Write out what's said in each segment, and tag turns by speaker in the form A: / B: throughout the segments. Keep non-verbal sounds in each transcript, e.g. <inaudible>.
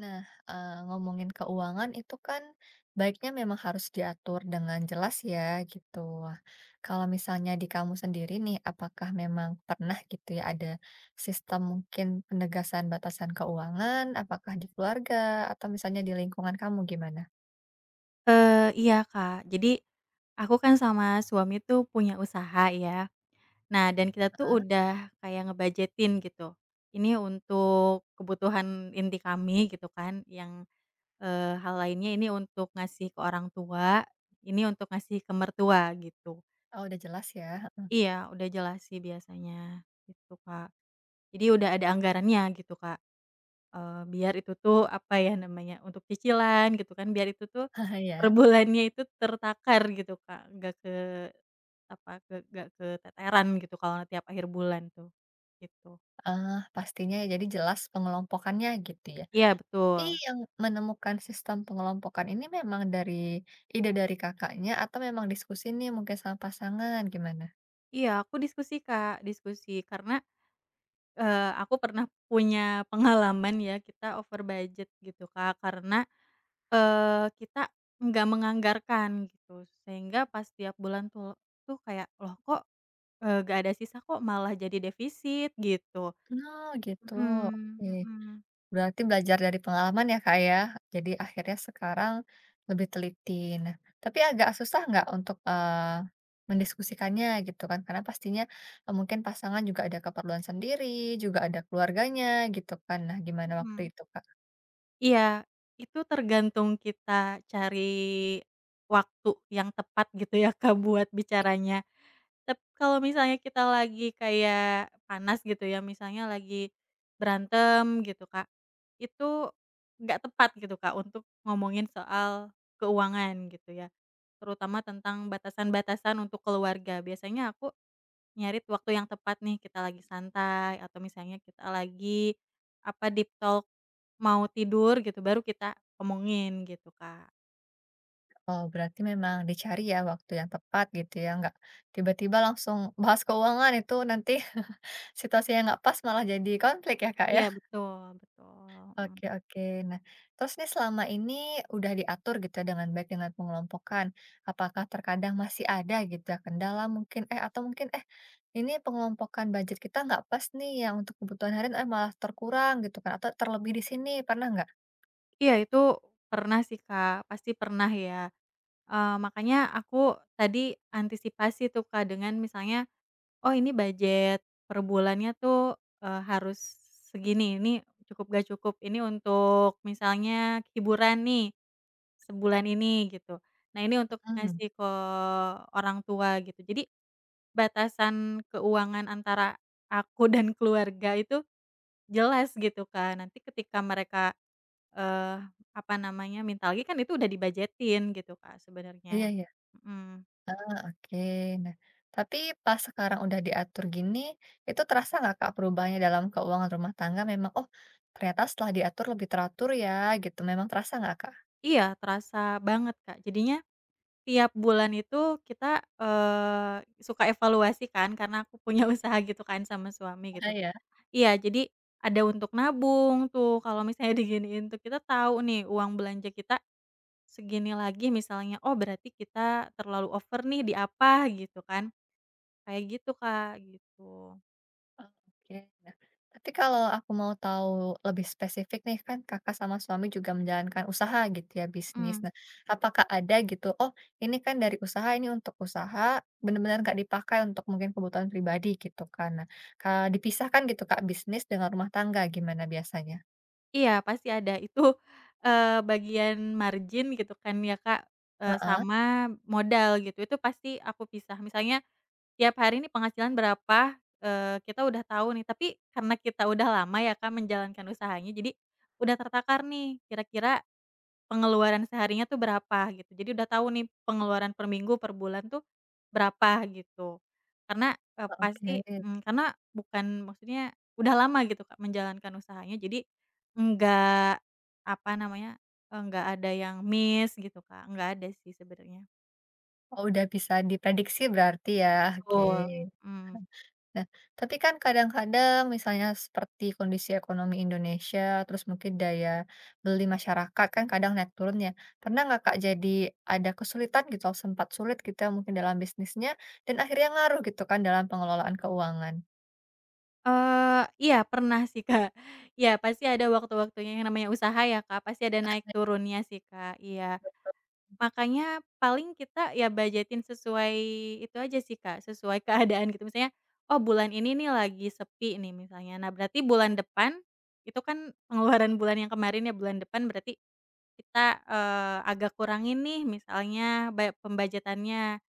A: Nah, ngomongin keuangan itu kan baiknya memang harus diatur dengan jelas ya gitu. Wah, kalau misalnya di kamu sendiri nih, apakah memang pernah gitu ya ada sistem mungkin penegasan batasan keuangan? Apakah di keluarga atau misalnya di lingkungan kamu gimana?
B: Iya, Kak. Jadi, aku kan sama suami tuh punya usaha ya. Nah, dan kita tuh
A: Heeh,
B: udah kayak ngebudgetin gitu. Ini untuk kebutuhan inti kami gitu kan, yang, hal lainnya ini untuk ngasih ke orang tua, ini untuk ngasih ke mertua gitu.
A: oh udah jelas ya, <laughs> heeh.
B: Iya, udah jelas sih biasanya, gitu, Kak. Jadi udah ada anggarannya gitu, Kak. Biar itu tuh, apa ya namanya, untuk cicilan gitu kan, biar itu tuh
A: Ah,
B: per
A: ya,
B: bulannya itu tertakar gitu, Kak, nggak ke apa, ke nggak keteteran gitu kalau tiap akhir bulan tuh, gitu.
A: eee, pastinya ya jadi jelas pengelompokannya gitu ya.
B: Iya,
A: Tapi
B: betul.
A: yang menemukan sistem pengelompokan ini memang dari ide dari Kakaknya atau memang diskusi nih mungkin sama pasangan, gimana?
B: Iya, aku diskusi, Kak, diskusi karena, aku pernah punya pengalaman ya kita over budget gitu, Kak, karena, kita nggak menganggarkan gitu, sehingga pas tiap bulan tuh tuh kayak, "Loh kok." Nggak ada sisa kok malah jadi defisit gitu.
A: Oh, gitu, oke.
B: Mhm mhm
A: Berarti belajar dari pengalaman ya, Kak, ya? Jadi akhirnya sekarang lebih teliti. Nah, tapi agak susah nggak untuk, mendiskusikannya gitu kan? Karena pastinya, mungkin pasangan juga ada keperluan sendiri, juga ada keluarganya gitu kan. Nah, gimana waktu
B: mhm.
A: itu, Kak?
B: Iya, itu tergantung kita cari waktu yang tepat gitu ya Kak buat bicaranya. Kalau misalnya kita lagi kayak panas gitu ya, misalnya lagi berantem gitu Kak, itu nggak tepat gitu Kak untuk ngomongin soal keuangan gitu ya, terutama tentang batasan-batasan untuk keluarga. Biasanya aku nyari waktu yang tepat nih, kita lagi santai atau misalnya kita lagi, apa, deep talk mau tidur gitu, baru kita omongin gitu, Kak.
A: Oh, berarti memang dicari ya waktu yang tepat gitu ya, nggak tiba-tiba langsung bahas keuangan itu nanti <laughs> situasi yang nggak pas malah jadi konflik ya Kak ya.
B: Iya, betul betul, mhm.
A: Oke oke. Nah, terus nih selama ini udah diatur gitu ya dengan baik dengan pengelompokan. Apakah terkadang masih ada gitu ya kendala mungkin atau mungkin ini pengelompokan budget kita nggak pas nih yang untuk kebutuhan harian malah terkurang gitu kan atau terlebih di sini pernah nggak?
B: Iya, itu pernah sih, Kak, pasti pernah ya, makanya aku tadi antisipasi tuh, Kak, dengan misalnya, "Oh, ini budget per bulannya tuh, harus segini, ini cukup, gak cukup, ini untuk misalnya hiburan nih, sebulan ini gitu. Nah ini untuk
A: Hmm.
B: ngasih ke orang tua gitu. Jadi batasan keuangan antara aku <laughs> dan keluarga itu jelas gitu kan. Nanti ketika mereka, eee, apa namanya, minta lagi kan itu udah dibajetin gitu Kak
A: Iya
B: sebenarnya.
A: iya.
B: Mhm.
A: Oke, nah tapi pas sekarang udah diatur gini, itu terasa nggak Kak perubahannya dalam keuangan rumah tangga memang, "Oh ternyata setelah diatur lebih teratur ya," gitu, memang terasa nggak Kak?
B: Iya terasa banget Kak. Jadinya tiap bulan itu kita, suka evaluasi kan karena aku punya <laughs> usaha gitu kan sama suami
A: Ah
B: gitu.
A: ya?
B: Iya, jadi ada untuk nabung tuh kalau misalnya <laughs> diginiin tuh kita tahu nih uang belanja kita segini lagi misalnya, oh berarti kita terlalu over nih di apa gitu kan, kayak gitu Kak, gitu.
A: Oh. Oke, nah tapi kalau aku mau tahu lebih spesifik nih kan Kakak sama suami juga menjalankan usaha gitu ya, bisnis.
B: Mhm,
A: Nah apakah ada gitu, "Oh ini kan dari usaha, ini untuk usaha," benar-benar nggak dipakai untuk mungkin kebutuhan pribadi gitu kan. Nah, Kak, dipisahkan gitu Kak bisnis dengan rumah tangga, gimana biasanya?
B: iya pasti ada itu, bagian margin gitu kan ya Kak,
A: Heeh,
B: sama modal gitu itu pasti aku pisah misalnya tiap hari ini penghasilan berapa, kita udah tahu nih tapi karena kita udah lama ya Kak menjalankan usahanya jadi udah tertakar nih kira-kira pengeluaran seharinya tuh berapa gitu. Jadi udah tahu nih pengeluaran per minggu, per bulan tuh berapa gitu. Karena,
A: oh,
B: pasti
A: oke.
B: karena bukan maksudnya udah lama gitu Kak menjalankan usahanya, jadi enggak, apa namanya, enggak ada yang miss gitu Kak, enggak ada sih sebenarnya.
A: Oh, udah bisa diprediksi berarti ya, oke.
B: Betul. Mmm,
A: Nah, tapi kan kadang-kadang misalnya seperti kondisi ekonomi Indonesia, terus mungkin daya beli masyarakat kan kadang naik turun ya. Pernah nggak Kak jadi ada kesulitan gitu, sempat sulit gitu ya mungkin dalam bisnisnya dan akhirnya ngaruh gitu kan dalam pengelolaan keuangan?
B: iya pernah sih Kak. Iya pasti ada waktu-waktunya yang namanya usaha ya Kak, pasti ada naik turunnya sih Kak, iya. Makanya paling kita ya budgetin sesuai itu aja sih, Kak, sesuai keadaan gitu. Misalnya, oh bulan ini nih lagi sepi nih misalnya. Nah berarti bulan depan, itu kan pengeluaran bulan yang kemarin ya, bulan depan berarti kita, agak kurangin nih misalnya pembajetannya.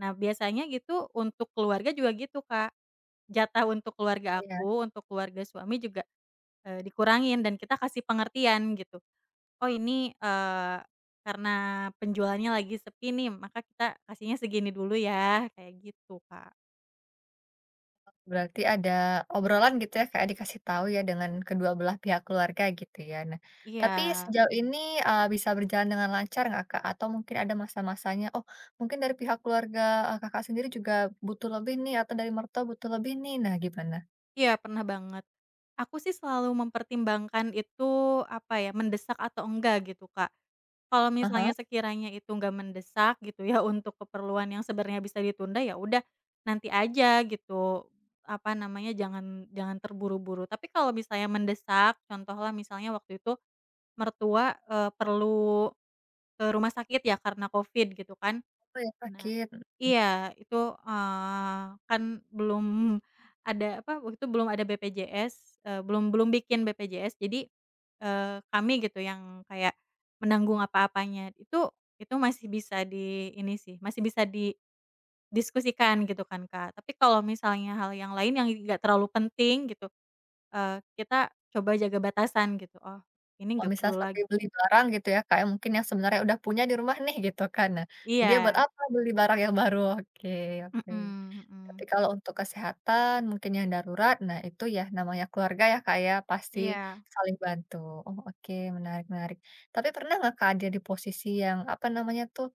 B: Nah biasanya gitu untuk keluarga juga gitu, Kak. Jatah untuk keluarga
A: Iya.
B: aku, untuk keluarga suami juga, dikurangin dan kita kasih pengertian gitu. Oh ini, karena penjualannya lagi sepi nih maka kita kasihnya segini dulu ya, kayak gitu, Kak.
A: Berarti ada obrolan gitu ya, kayak dikasih tahu ya dengan kedua belah pihak keluarga gitu ya. Nah,
B: Iya
A: tapi sejauh ini, bisa berjalan dengan lancar nggak, Kak? Atau mungkin ada masa-masanya, oh mungkin dari pihak keluarga, Kakak sendiri juga butuh lebih nih atau dari mertua butuh lebih nih, nah gimana?
B: iya pernah banget. Aku sih selalu mempertimbangkan itu, apa ya, mendesak atau enggak gitu, Kak. Kalau
A: Ah
B: misalnya
A: hah,
B: sekiranya itu nggak mendesak gitu ya untuk keperluan yang sebenarnya bisa ditunda, ya udah nanti aja gitu, apa namanya, jangan jangan terburu-buru. Tapi kalau misalnya mendesak, contohlah misalnya waktu itu mertua, perlu ke rumah sakit ya karena Covid gitu kan.
A: oh ya
B: Nah
A: sakit.
B: iya itu, kan belum ada apa, waktu itu belum ada BPJS, belum belum bikin BPJS jadi, kami gitu yang kayak menanggung apa-apanya. Itu masih bisa di ini sih, masih bisa didiskusikan gitu kan, Kak. Tapi kalau misalnya hal yang lain yang nggak terlalu penting gitu, kita coba jaga batasan gitu, "Oh ini
A: Kalau
B: nggak
A: misalnya
B: perlu
A: seperti
B: lagi."
A: beli barang gitu ya, kayak mungkin yang sebenarnya udah punya di rumah nih gitu kan. Nah, jadi ya
B: Iya,
A: buat apa beli barang yang baru? Oke oke.
B: mhm
A: Tapi
B: mhm,
A: kalau untuk kesehatan mungkin yang darurat, nah itu ya namanya keluarga ya Kak ya, pasti
B: iya.
A: saling bantu. Oh oke, menarik menarik. Tapi pernah nggak Kak ada di posisi yang, apa namanya tuh,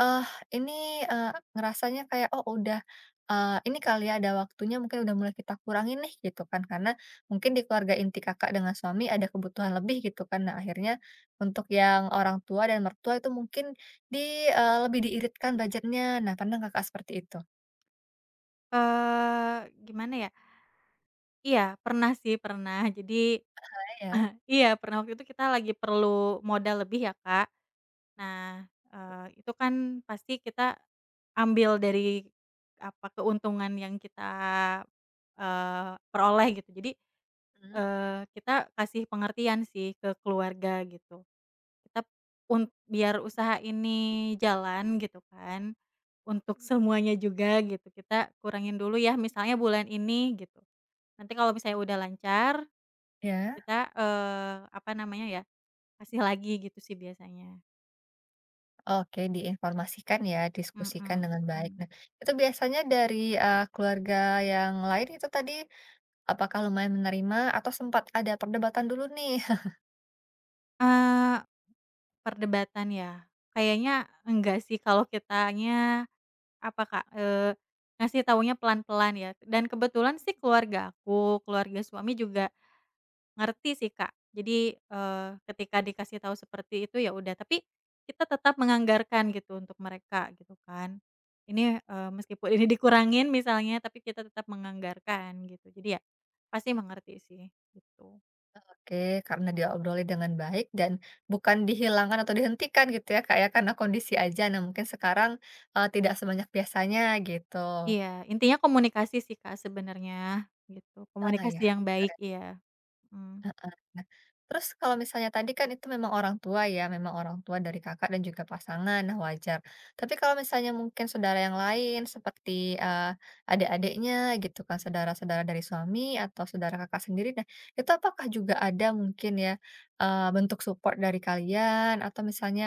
A: eh ini, eee, ngerasanya kayak, oh udah, ini kali ya ada waktunya mungkin udah mulai kita kurangin nih gitu kan, karena mungkin di keluarga inti Kakak dengan suami ada kebutuhan lebih gitu kan. Nah akhirnya untuk yang orang tua dan mertua itu mungkin di lebih diiritkan budgetnya. Nah pernah Kakak seperti itu?
B: Gimana ya, iya pernah sih pernah jadi
A: Ya?
B: <laughs> iya pernah waktu itu kita lagi perlu modal lebih ya Kak. Nah, itu kan pasti kita ambil dari apa, keuntungan yang kita, peroleh gitu. Jadi,
A: Mhm.
B: kita kasih pengertian sih ke keluarga gitu. Kita biar usaha ini jalan gitu kan, untuk semuanya juga gitu, kita kurangin dulu ya misalnya bulan ini gitu. Nanti kalau misalnya udah lancar,
A: Ya,
B: kita, apa namanya ya, kasih lagi gitu sih biasanya.
A: oke diinformasikan ya,
B: Mhm
A: diskusikan dengan baik.
B: mhm.
A: Nah, itu biasanya dari, keluarga yang lain itu tadi, apakah lumayan menerima atau sempat ada perdebatan dulu nih? <laughs>
B: Eee, Perdebatan ya? Kayaknya enggak sih kalau kitanya apa Kak, ngasih tahunya pelan-pelan ya, dan kebetulan sih keluarga aku, keluarga suami juga ngerti sih, Kak. Jadi, ketika dikasih tahu seperti itu, ya udah, tapi kita tetap menganggarkan gitu untuk mereka, gitu kan. Ini, meskipun ini dikurangin misalnya, tapi kita tetap menganggarkan gitu. Jadi ya pasti mengerti sih, gitu.
A: Oke, karena diobroli dengan baik dan bukan dihilangkan atau dihentikan gitu ya, kayak karena kondisi aja. Nah, mungkin sekarang, tidak sebanyak biasanya gitu.
B: Iya, intinya komunikasi sih, Kak, sebenarnya gitu.
A: Ah, ya?
B: Komunikasi yang baik, iya, mhm.
A: Heeh. Nah, terus kalau misalnya tadi kan itu memang orang tua ya, memang orang tua dari Kakak dan juga pasangan, nah wajar. Tapi kalau misalnya mungkin saudara yang lain seperti, eee, adik-adiknya gitu kan, saudara-saudara dari suami atau saudara Kakak sendiri, nah itu apakah juga ada mungkin ya, bentuk support dari kalian atau misalnya,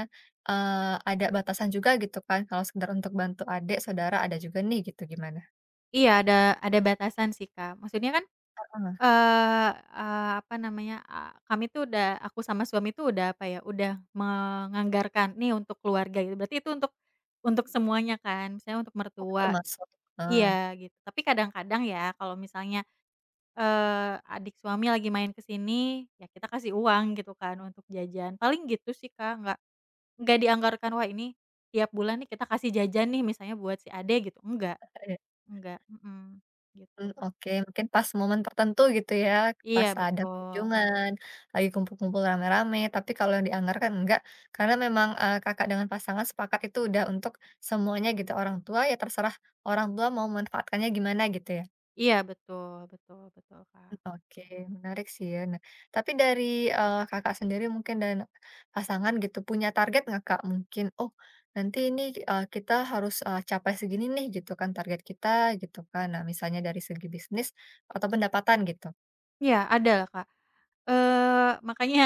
A: ada batasan juga gitu kan kalau sekedar untuk bantu adik, saudara ada juga nih gitu, gimana?
B: Iya, ada batasan sih, Kak. Maksudnya kan
A: Heeh.
B: Eee eee, apa namanya, kami tuh udah aku sama suami tuh udah apa ya, udah menganggarkan nih untuk keluarga gitu, berarti itu untuk semuanya kan, misalnya untuk
A: Oh
B: mertua
A: termasuk? Heeh.
B: iya gitu. Tapi kadang-kadang ya kalau misalnya, adik suami lagi main ke sini, ya kita kasih uang gitu kan untuk jajan, paling gitu sih Kak, nggak dianggarkan, "Wah ini tiap bulan nih kita kasih jajan nih misalnya buat si Ade," gitu, enggak, mhm, gitu
A: Mmm,
B: Kak.
A: oke, mungkin pas momen tertentu gitu ya,
B: Iya
A: pas ada
B: betul.
A: kunjungan, lagi kumpul-kumpul rame-rame, tapi kalau yang dianggarkan enggak, karena memang, Kakak dengan pasangan sepakat itu udah untuk semuanya gitu, orang tua ya terserah orang tua mau memanfaatkannya gimana gitu ya?
B: Iya betul betul betul, Kak.
A: Mmm, oke, menarik sih ya. Nah, tapi dari, Kakak sendiri mungkin dan pasangan gitu, punya target nggak, Kak? Mungkin, "Oh, nanti ini, kita harus, capai segini nih," gitu kan target kita gitu kan. Nah, misalnya dari segi bisnis atau pendapatan gitu.
B: Iya ada lah, Kak. Makanya,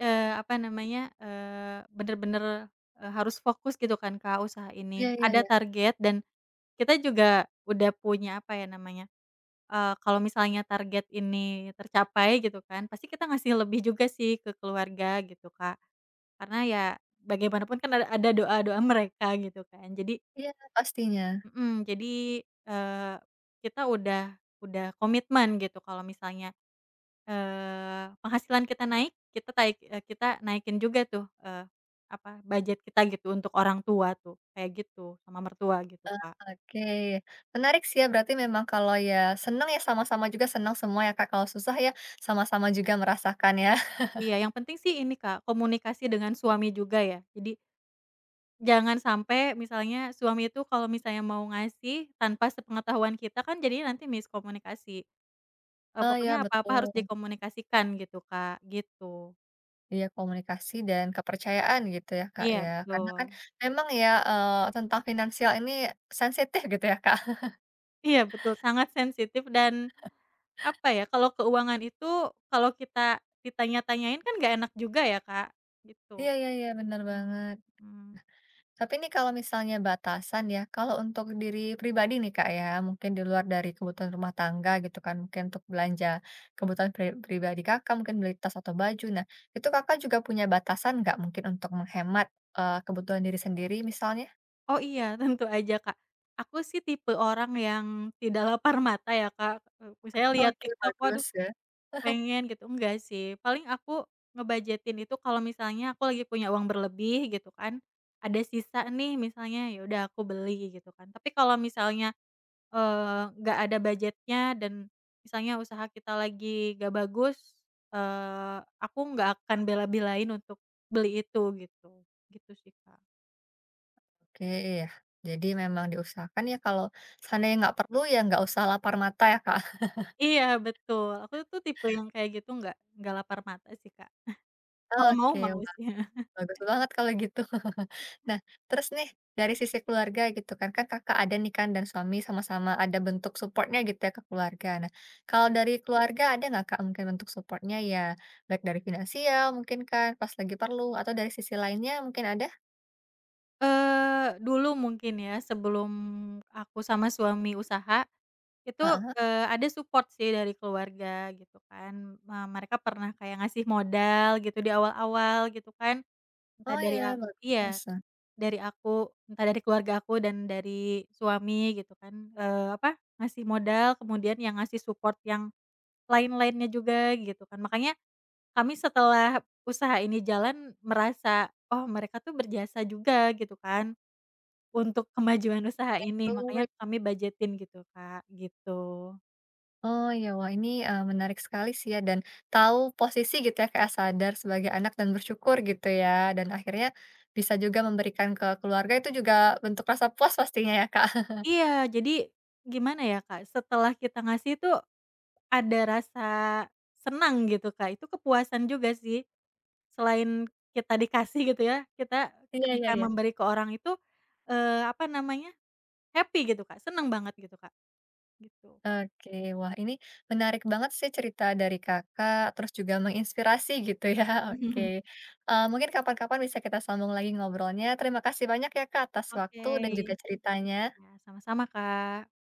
B: apa namanya, bener-bener, harus fokus gitu kan, Kak, usaha
A: Iya
B: ini.
A: iya
B: Ada
A: iya.
B: target dan kita juga udah punya apa ya namanya, kalau misalnya target ini tercapai gitu kan, pasti kita ngasih lebih juga sih ke keluarga gitu, Kak. Karena ya bagaimanapun kan ada doa-doa mereka gitu kan. Jadi
A: Iya, pastinya.
B: mhm, jadi, kita udah komitmen gitu kalau misalnya penghasilan kita naik, kita taik kita naikin juga tuh, apa, budget kita gitu untuk orang tua tuh, kayak gitu, sama mertua gitu, Kak.
A: Oke. Menarik sih ya, berarti memang kalau ya senang ya sama-sama juga senang semua ya Kak, kalau susah ya sama-sama juga merasakan ya. <laughs>
B: Iya, yang penting sih ini, Kak, komunikasi dengan suami juga ya. Jadi jangan sampai misalnya suami itu kalau misalnya mau ngasih tanpa sepengetahuan kita kan jadinya nanti miskomunikasi.
A: Oh iya
B: Pokoknya apa-apa
A: betul.
B: harus dikomunikasikan gitu, Kak, gitu.
A: Iya, komunikasi dan kepercayaan gitu ya Kak
B: Iya,
A: ya, karena kan
B: betul.
A: memang ya, tentang finansial ini sensitif gitu ya Kak. <laughs>
B: Iya betul, sangat sensitif dan, apa ya, kalau keuangan itu kalau kita ditanya-tanyain kan nggak enak juga ya, Kak, gitu.
A: Iya iya iya, benar
B: Mhm
A: banget.
B: mhm.
A: Tapi nih kalau misalnya batasan ya, kalau untuk diri pribadi nih Kak ya, mungkin di luar dari kebutuhan rumah tangga gitu kan, mungkin untuk belanja kebutuhan pribadi Kakak, mungkin beli tas atau baju. Nah, itu Kakak juga punya batasan nggak mungkin untuk menghemat kebutuhan diri sendiri misalnya?
B: Oh iya, tentu aja, Kak. Aku sih tipe orang yang tidak lapar mata ya, Kak, misalnya lihat
A: Oke,
B: TikTok,
A: bagus
B: waduh
A: ya.
B: pengen gitu, enggak sih. Paling aku ngebajetin itu kalau misalnya aku lagi punya uang berlebih gitu kan, ada sisa nih misalnya, ya udah aku beli gitu kan. Tapi kalau misalnya nggak ada budgetnya dan misalnya usaha kita lagi nggak bagus, aku nggak akan bela-belain untuk beli itu gitu, gitu sih, Kak.
A: Oke, iya. Jadi memang diusahakan ya kalau seandainya nggak perlu ya nggak usah lapar mata ya Kak. <laughs>
B: Iya betul, aku tuh tipe yang kayak gitu nggak lapar mata sih, Kak. Kalau mau,
A: Oke,
B: mau sih. <laughs>
A: bagus banget kalau gitu. <laughs> Nah, terus nih, dari sisi keluarga gitu kan, kan Kakak ada nih kan dan suami sama-sama ada bentuk supportnya gitu ya ke keluarga. Nah, kalau dari keluarga ada nggak Kak mungkin bentuk supportnya ya, baik dari finansial mungkin kan pas lagi perlu, atau dari sisi lainnya mungkin ada?
B: Dulu mungkin ya sebelum aku sama suami usaha, itu,
A: Heeh.
B: ada support sih dari keluarga gitu kan, mereka pernah kayak ngasih modal gitu di awal-awal gitu kan. Entah
A: Oh
B: dari a
A: ya, bagus.
B: iya,
A: Nah,
B: dari aku, entah dari keluarga aku dan dari suami gitu kan, apa, ngasih modal kemudian yang ngasih support yang lain-lainnya juga gitu kan. Makanya kami setelah usaha ini jalan merasa, oh mereka tuh berjasa juga gitu kan untuk kemajuan usaha ini,
A: oh
B: makanya kami budgetin gitu Kak, gitu.
A: Oh ya, wah ini, menarik sekali sih ya dan tahu posisi gitu ya Kak, sadar sebagai anak dan bersyukur gitu ya, dan akhirnya bisa juga memberikan ke keluarga itu juga bentuk rasa puas pastinya ya Kak. <laughs>
B: Iya, jadi gimana ya Kak, setelah kita ngasih tuh ada rasa senang gitu Kak, itu kepuasan juga sih. Selain kita dikasih gitu ya, kita
A: Iya iya
B: ketika
A: iya.
B: memberi ke orang itu, apa namanya, happy gitu Kak, seneng banget gitu Kak, gitu.
A: Oke, wah ini menarik banget sih cerita dari Kakak, terus juga menginspirasi gitu ya, <laughs> oke.
B: <laughs>
A: Mungkin kapan-kapan bisa kita sambung lagi ngobrolnya, terima kasih banyak ya Kak, atas waktu
B: Oke.
A: dan juga ceritanya.
B: Ya sama-sama Kak.